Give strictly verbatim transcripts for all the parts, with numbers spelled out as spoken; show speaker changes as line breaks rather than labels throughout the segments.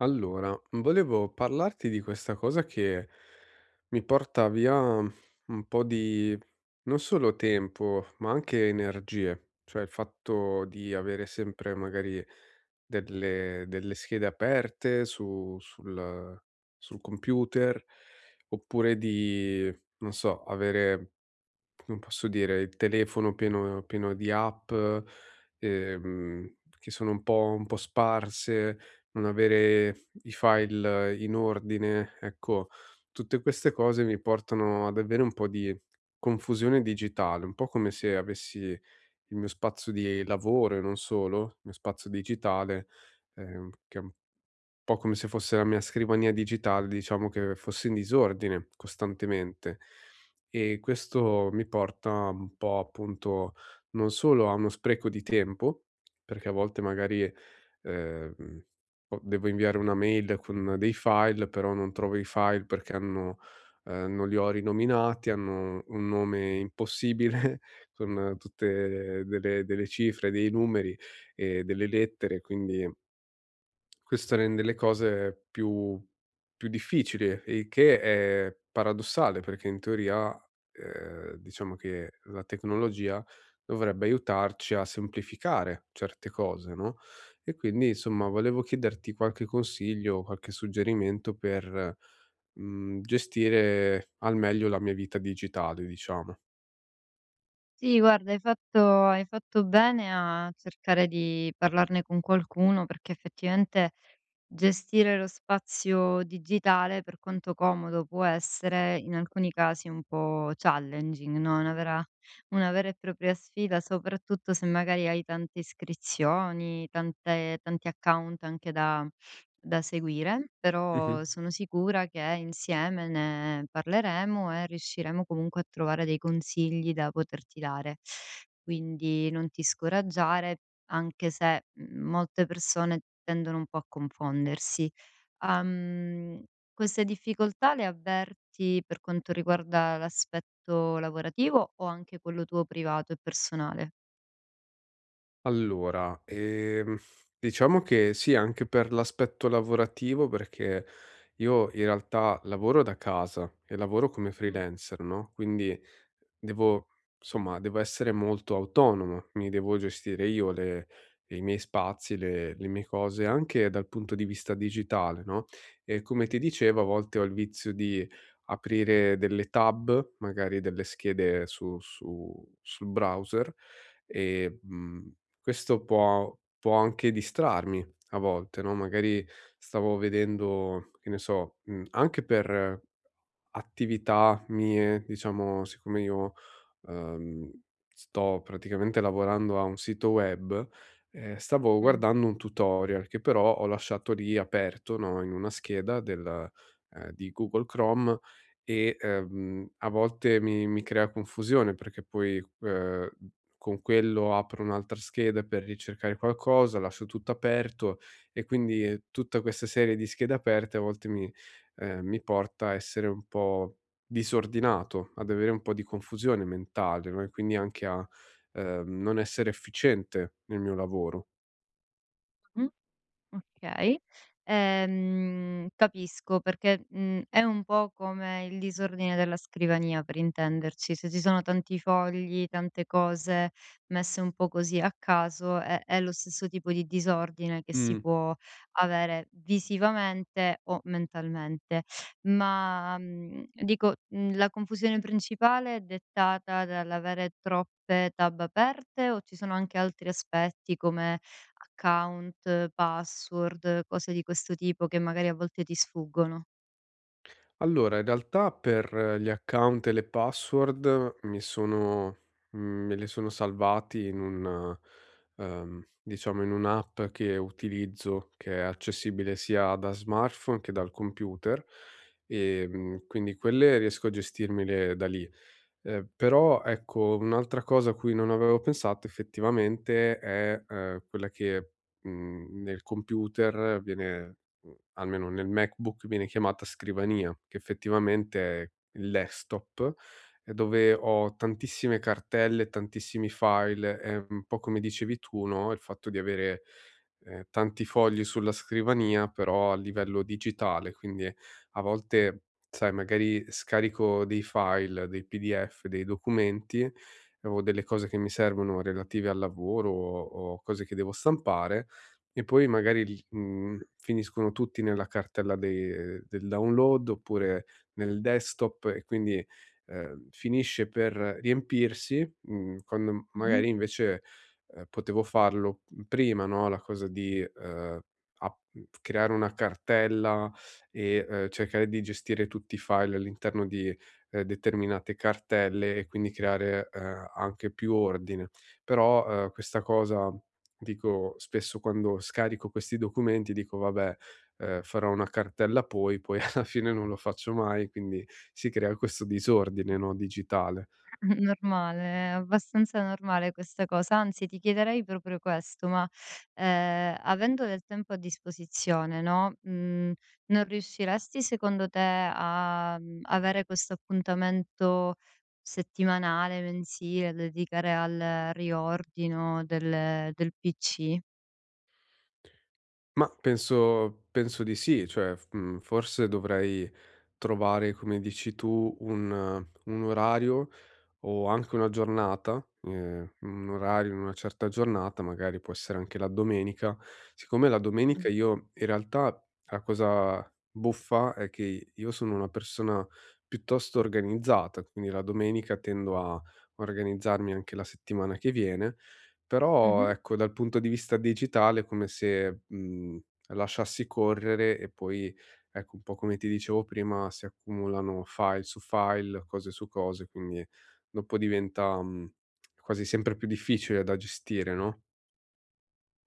Allora, volevo parlarti di questa cosa che mi porta via un po' di non solo tempo, ma anche energie, cioè il fatto di avere sempre magari delle, delle schede aperte su- sul, sul computer, oppure di, non so, avere come posso dire, il telefono pieno pieno di app, ehm, che sono un po' un po' sparse, non avere i file in ordine. Ecco, tutte queste cose mi portano ad avere un po' di confusione digitale, un po' come se avessi il mio spazio di lavoro e non solo, il mio spazio digitale, ehm, che è un po' come se fosse la mia scrivania digitale, diciamo che fosse in disordine costantemente. E questo mi porta un po', appunto, non solo a uno spreco di tempo, perché a volte magari, ehm, o devo inviare una mail con dei file, però non trovo i file perché hanno ehm, non li ho rinominati, hanno un nome impossibile con tutte delle delle cifre, dei numeri e delle lettere, quindi questo rende le cose più più difficili, il che è paradossale perché in teoria, ehm, diciamo che la tecnologia dovrebbe aiutarci a semplificare certe cose, no, e quindi insomma volevo chiederti qualche consiglio, qualche suggerimento per, mhmm, gestire al meglio la mia vita digitale, diciamo.
Sì, guarda, hai fatto hai fatto bene a cercare di parlarne con qualcuno, perché effettivamente gestire lo spazio digitale, per quanto comodo può essere, in alcuni casi un po' challenging, no, una vera una vera e propria sfida, soprattutto se magari hai tante iscrizioni, tante tanti account anche da da seguire,
Mh-mh.
però sono sicura che insieme ne parleremo e riusciremo comunque a trovare dei consigli da poterti dare. Quindi non ti scoraggiare anche se, mhmm, molte persone tendono un po' a confondersi. Uhm, Queste difficoltà le avverti per quanto riguarda l'aspetto lavorativo o anche quello tuo privato e personale?
Allora, ehm, diciamo che sì, anche per l'aspetto lavorativo, perché io in realtà lavoro da casa e lavoro come
Mh,
freelancer, no, quindi devo insomma, devo essere molto autonomo, mi devo gestire io le i miei spazi, le le mie cose, anche dal punto di vista digitale, no, e come ti dicevo a volte ho il vizio di aprire delle tab, magari delle schede su su sul browser e, mhmm questo può può anche distrarmi a volte, no, magari stavo vedendo, che ne so, mhmm, anche per attività mie, diciamo siccome io ehm, sto praticamente lavorando a un sito web, ehm, stavo
mh,
guardando un tutorial che però ho lasciato lì aperto, no, in una scheda del ehm, di Google Chrome e, ehm, a volte mi mi crea confusione perché poi, ehm, con quello apro un'altra scheda per ricercare qualcosa, lascio tutto aperto e quindi eh, tutta questa serie di schede aperte a volte mi ehm, mi porta a essere un po' disordinato, ad avere un po' di confusione mentale, no, e quindi anche a, ehm, non essere efficiente nel mio lavoro.
mh. Okay. Ehm, capisco perché, mhmm, è un po' come il disordine della scrivania per intenderci, se ci sono tanti fogli, tante cose messe un po' così a caso è è lo stesso tipo di disordine che si
Mh,
può avere visivamente o mentalmente. Ma, mhmm, dico, mhmm, la confusione principale è dettata dall'avere troppe tab aperte o ci sono anche altri aspetti come account, password, cose di questo tipo che magari a volte ti sfuggono.
allora in realtà per eh, gli account e le password mi sono mhmm, me le sono salvati in un eh, ehm, diciamo in un'app che utilizzo, che è accessibile sia da smartphone che dal computer,
Mh-mh.
ehm, quindi quelle riesco a gestirmele da lì. Ehm, però ecco, un'altra cosa a cui non avevo pensato effettivamente è, ehm, quella che, mhmm, nel computer viene mhmm, almeno nel MacBook viene chiamata scrivania, che effettivamente è il desktop, e dove ho tantissime cartelle, tantissimi file, è un po' come dicevi tu, no, il fatto di avere, ehm, tanti fogli sulla scrivania però a livello digitale, quindi a volte sai, magari scarico dei file, dei P D F, dei documenti eh, o delle cose che mi servono relative al lavoro o o cose che devo stampare e poi magari li mhmm, finiscono tutti nella cartella de del download oppure nel desktop e quindi, ehm, finisce per riempirsi, mhmm, quando
Mh-mh.
magari invece, ehm, potevo farlo prima, no, la cosa di, ehm, ap creare una cartella e, ehm, cercare di gestire tutti i file all'interno di, ehm, determinate cartelle e quindi creare, ehm, anche più ordine. Però, ehm, questa cosa dico spesso quando scarico questi documenti dico: "Vabbè, ehm, farò una cartella poi", poi alla fine non lo faccio mai, quindi si crea questo disordine, no, digitale.
Normale, è abbastanza normale questa cosa. Anzi, ti chiederei proprio questo, ma, ehm, avendo del tempo a disposizione, no, mhmm, non riusciresti secondo te a, mhmm, avere questo appuntamento settimanale, mensile, da dedicare al riordino del del P C?
Ma penso penso di sì, cioè f mhmm, forse dovrei trovare, come dici tu, un eh, un orario o anche una giornata, ehm, un orario in una certa giornata, magari può essere anche la domenica. Siccome la
Mh.
domenica io in realtà la cosa buffa è che io sono una persona piuttosto organizzata, quindi la domenica tendo a organizzarmi anche la settimana che viene, però
Mh-mh.
ecco dal punto di vista digitale è come se, mhmm, lasciassi correre e poi, ecco, un po' come ti dicevo prima, si accumulano file su file, cose su cose, quindi dopo diventa, mhmm, quasi sempre più difficile da gestire, no.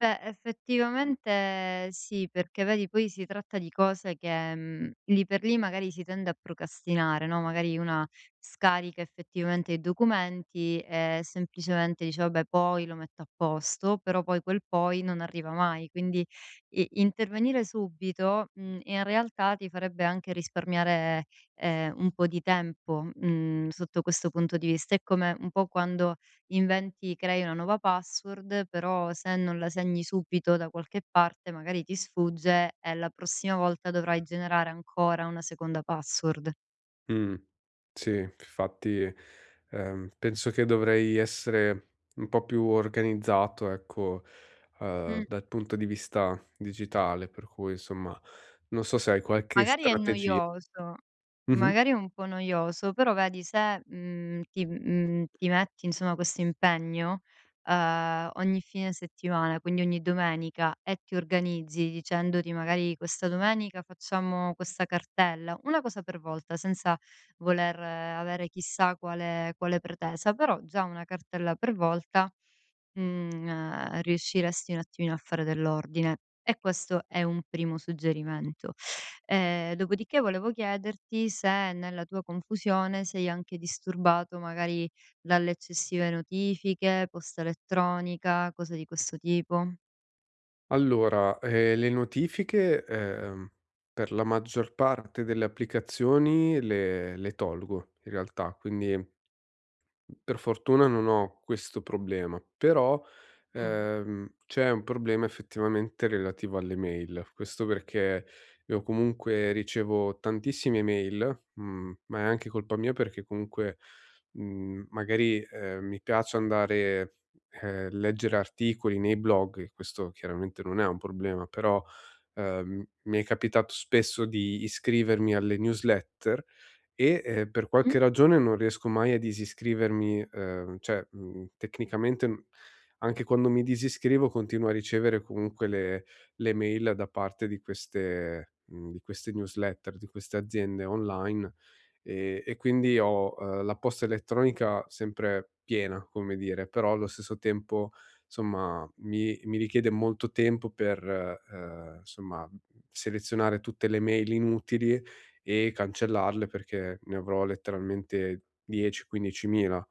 Beh, effettivamente sì, perché vedi poi si tratta di cose che, mhmm, lì per lì magari si tende a procrastinare, no, magari una scarica effettivamente i documenti e semplicemente dice: "Vabbè, poi lo metto a posto", però poi quel "poi" non arriva mai. Quindi i intervenire subito, mhmm, in realtà ti farebbe anche risparmiare, ehm, un po' di tempo, mhmm, sotto questo punto di vista. È come un po' quando inventi crei una nuova password, però se non la segni subito da qualche parte magari ti sfugge e la prossima volta dovrai generare ancora una seconda password.
Mh, sì, infatti, ehm, penso che dovrei essere un po' più organizzato, ecco, uhm, dal punto di vista digitale, per cui insomma, non so se hai qualche
Magari è
strategia.
noioso,
Mh-mh.
magari è un po' noioso, però vedi se, mhmm, ti mhmm, ti metti insomma questo impegno, ehm, ogni fine settimana, quindi ogni domenica e ti organizzi dicendoti magari: "Questa domenica facciamo questa cartella", una cosa per volta, senza voler eh, avere chissà quale quale pretesa, però già una cartella per volta, mhmm, eh, riusciresti un attimino a fare dell'ordine e questo è un primo suggerimento. Ehm, dopodiché volevo chiederti se nella tua confusione sei anche disturbato magari dalle eccessive notifiche, posta elettronica, cose di questo tipo.
Allora, ehm, le notifiche, ehm, per la maggior parte delle applicazioni le le tolgo in realtà, quindi per fortuna non ho questo problema, però,
Mh.
ehm, c'è un problema effettivamente relativo alle mail. Questo perché io comunque ricevo tantissime email, mhmm, ma è anche colpa mia perché comunque, mhmm, magari, ehm, mi piace andare, ehm, leggere articoli nei blog e questo chiaramente non è un problema, però, ehm, mi è capitato spesso di iscrivermi alle newsletter e, ehm, per
Mh.
qualche ragione non riesco mai a disiscrivermi, ehm, cioè, mhmm, tecnicamente n anche quando mi disiscrivo continuo a ricevere comunque le le mail da parte di queste mhmm, di queste newsletter, di queste aziende online, ehm, e quindi ho, ehm, la posta elettronica sempre piena, come dire, però allo stesso tempo, somma, mi mi richiede molto tempo per, ehm, somma, selezionare tutte le mail inutili e cancellarle perché ne avrò letteralmente dieci, quindicimila.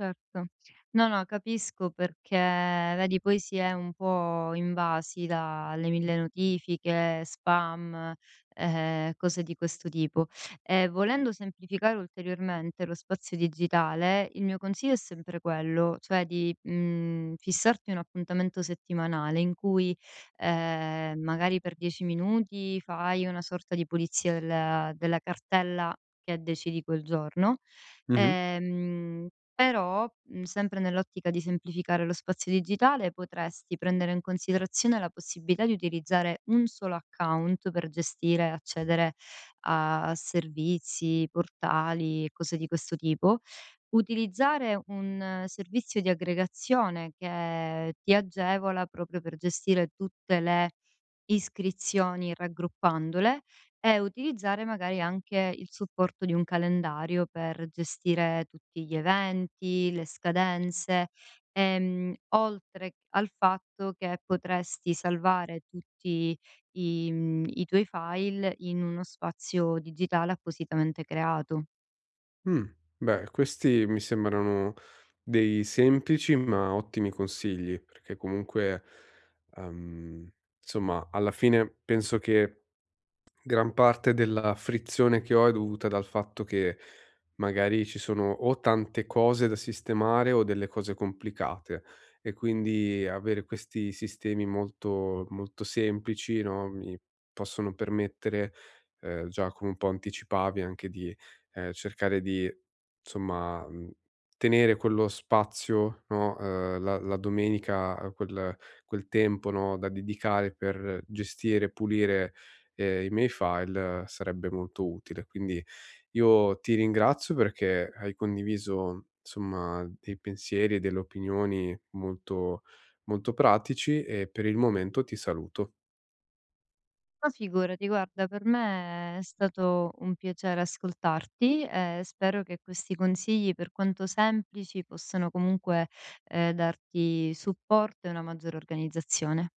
Certo. No, no, capisco perché, vedi, poi si è un po' invasi dalle mille notifiche, spam, eh, cose di questo tipo. E volendo semplificare ulteriormente lo spazio digitale, il mio consiglio è sempre quello, cioè di mm, fissarti un appuntamento settimanale in cui eh, magari per dieci minuti fai una sorta di pulizia della della cartella che decidi quel giorno.
Mh-mh.
Ehm, però, mhmm, sempre nell'ottica di semplificare lo spazio digitale, potresti prendere in considerazione la possibilità di utilizzare un solo account per gestire e accedere a servizi, portali e cose di questo tipo. Utilizzare un eh, servizio di aggregazione che ti agevola proprio per gestire tutte le iscrizioni raggruppandole e utilizzare magari anche il supporto di un calendario per gestire tutti gli eventi, le scadenze, ehm, oltre al fatto che potresti salvare tutti i mhmm, i tuoi file in uno spazio digitale appositamente creato.
Mh. Beh, questi mi sembrano dei semplici ma ottimi consigli, perché comunque, ehm, insomma alla fine penso che gran parte della frizione che ho è dovuta dal fatto che magari ci sono o tante cose da sistemare o delle cose complicate e quindi avere questi sistemi molto, molto semplici, no, mi possono permettere, eh, già come un po' anticipavi, anche di eh, cercare di, insomma, mh, tenere quello spazio, no, eh, la, la domenica, eh, quel, quel tempo, no, da dedicare per gestire, pulire ehm, i miei file eh, sarebbe molto utile. Quindi io ti ringrazio perché hai condiviso, insomma, dei pensieri e delle opinioni molto molto pratici e per il momento ti saluto.
Ma figurati, guarda, per me è stato un piacere ascoltarti e spero che questi consigli, per quanto semplici, possano comunque eh, darti supporto e una maggiore organizzazione.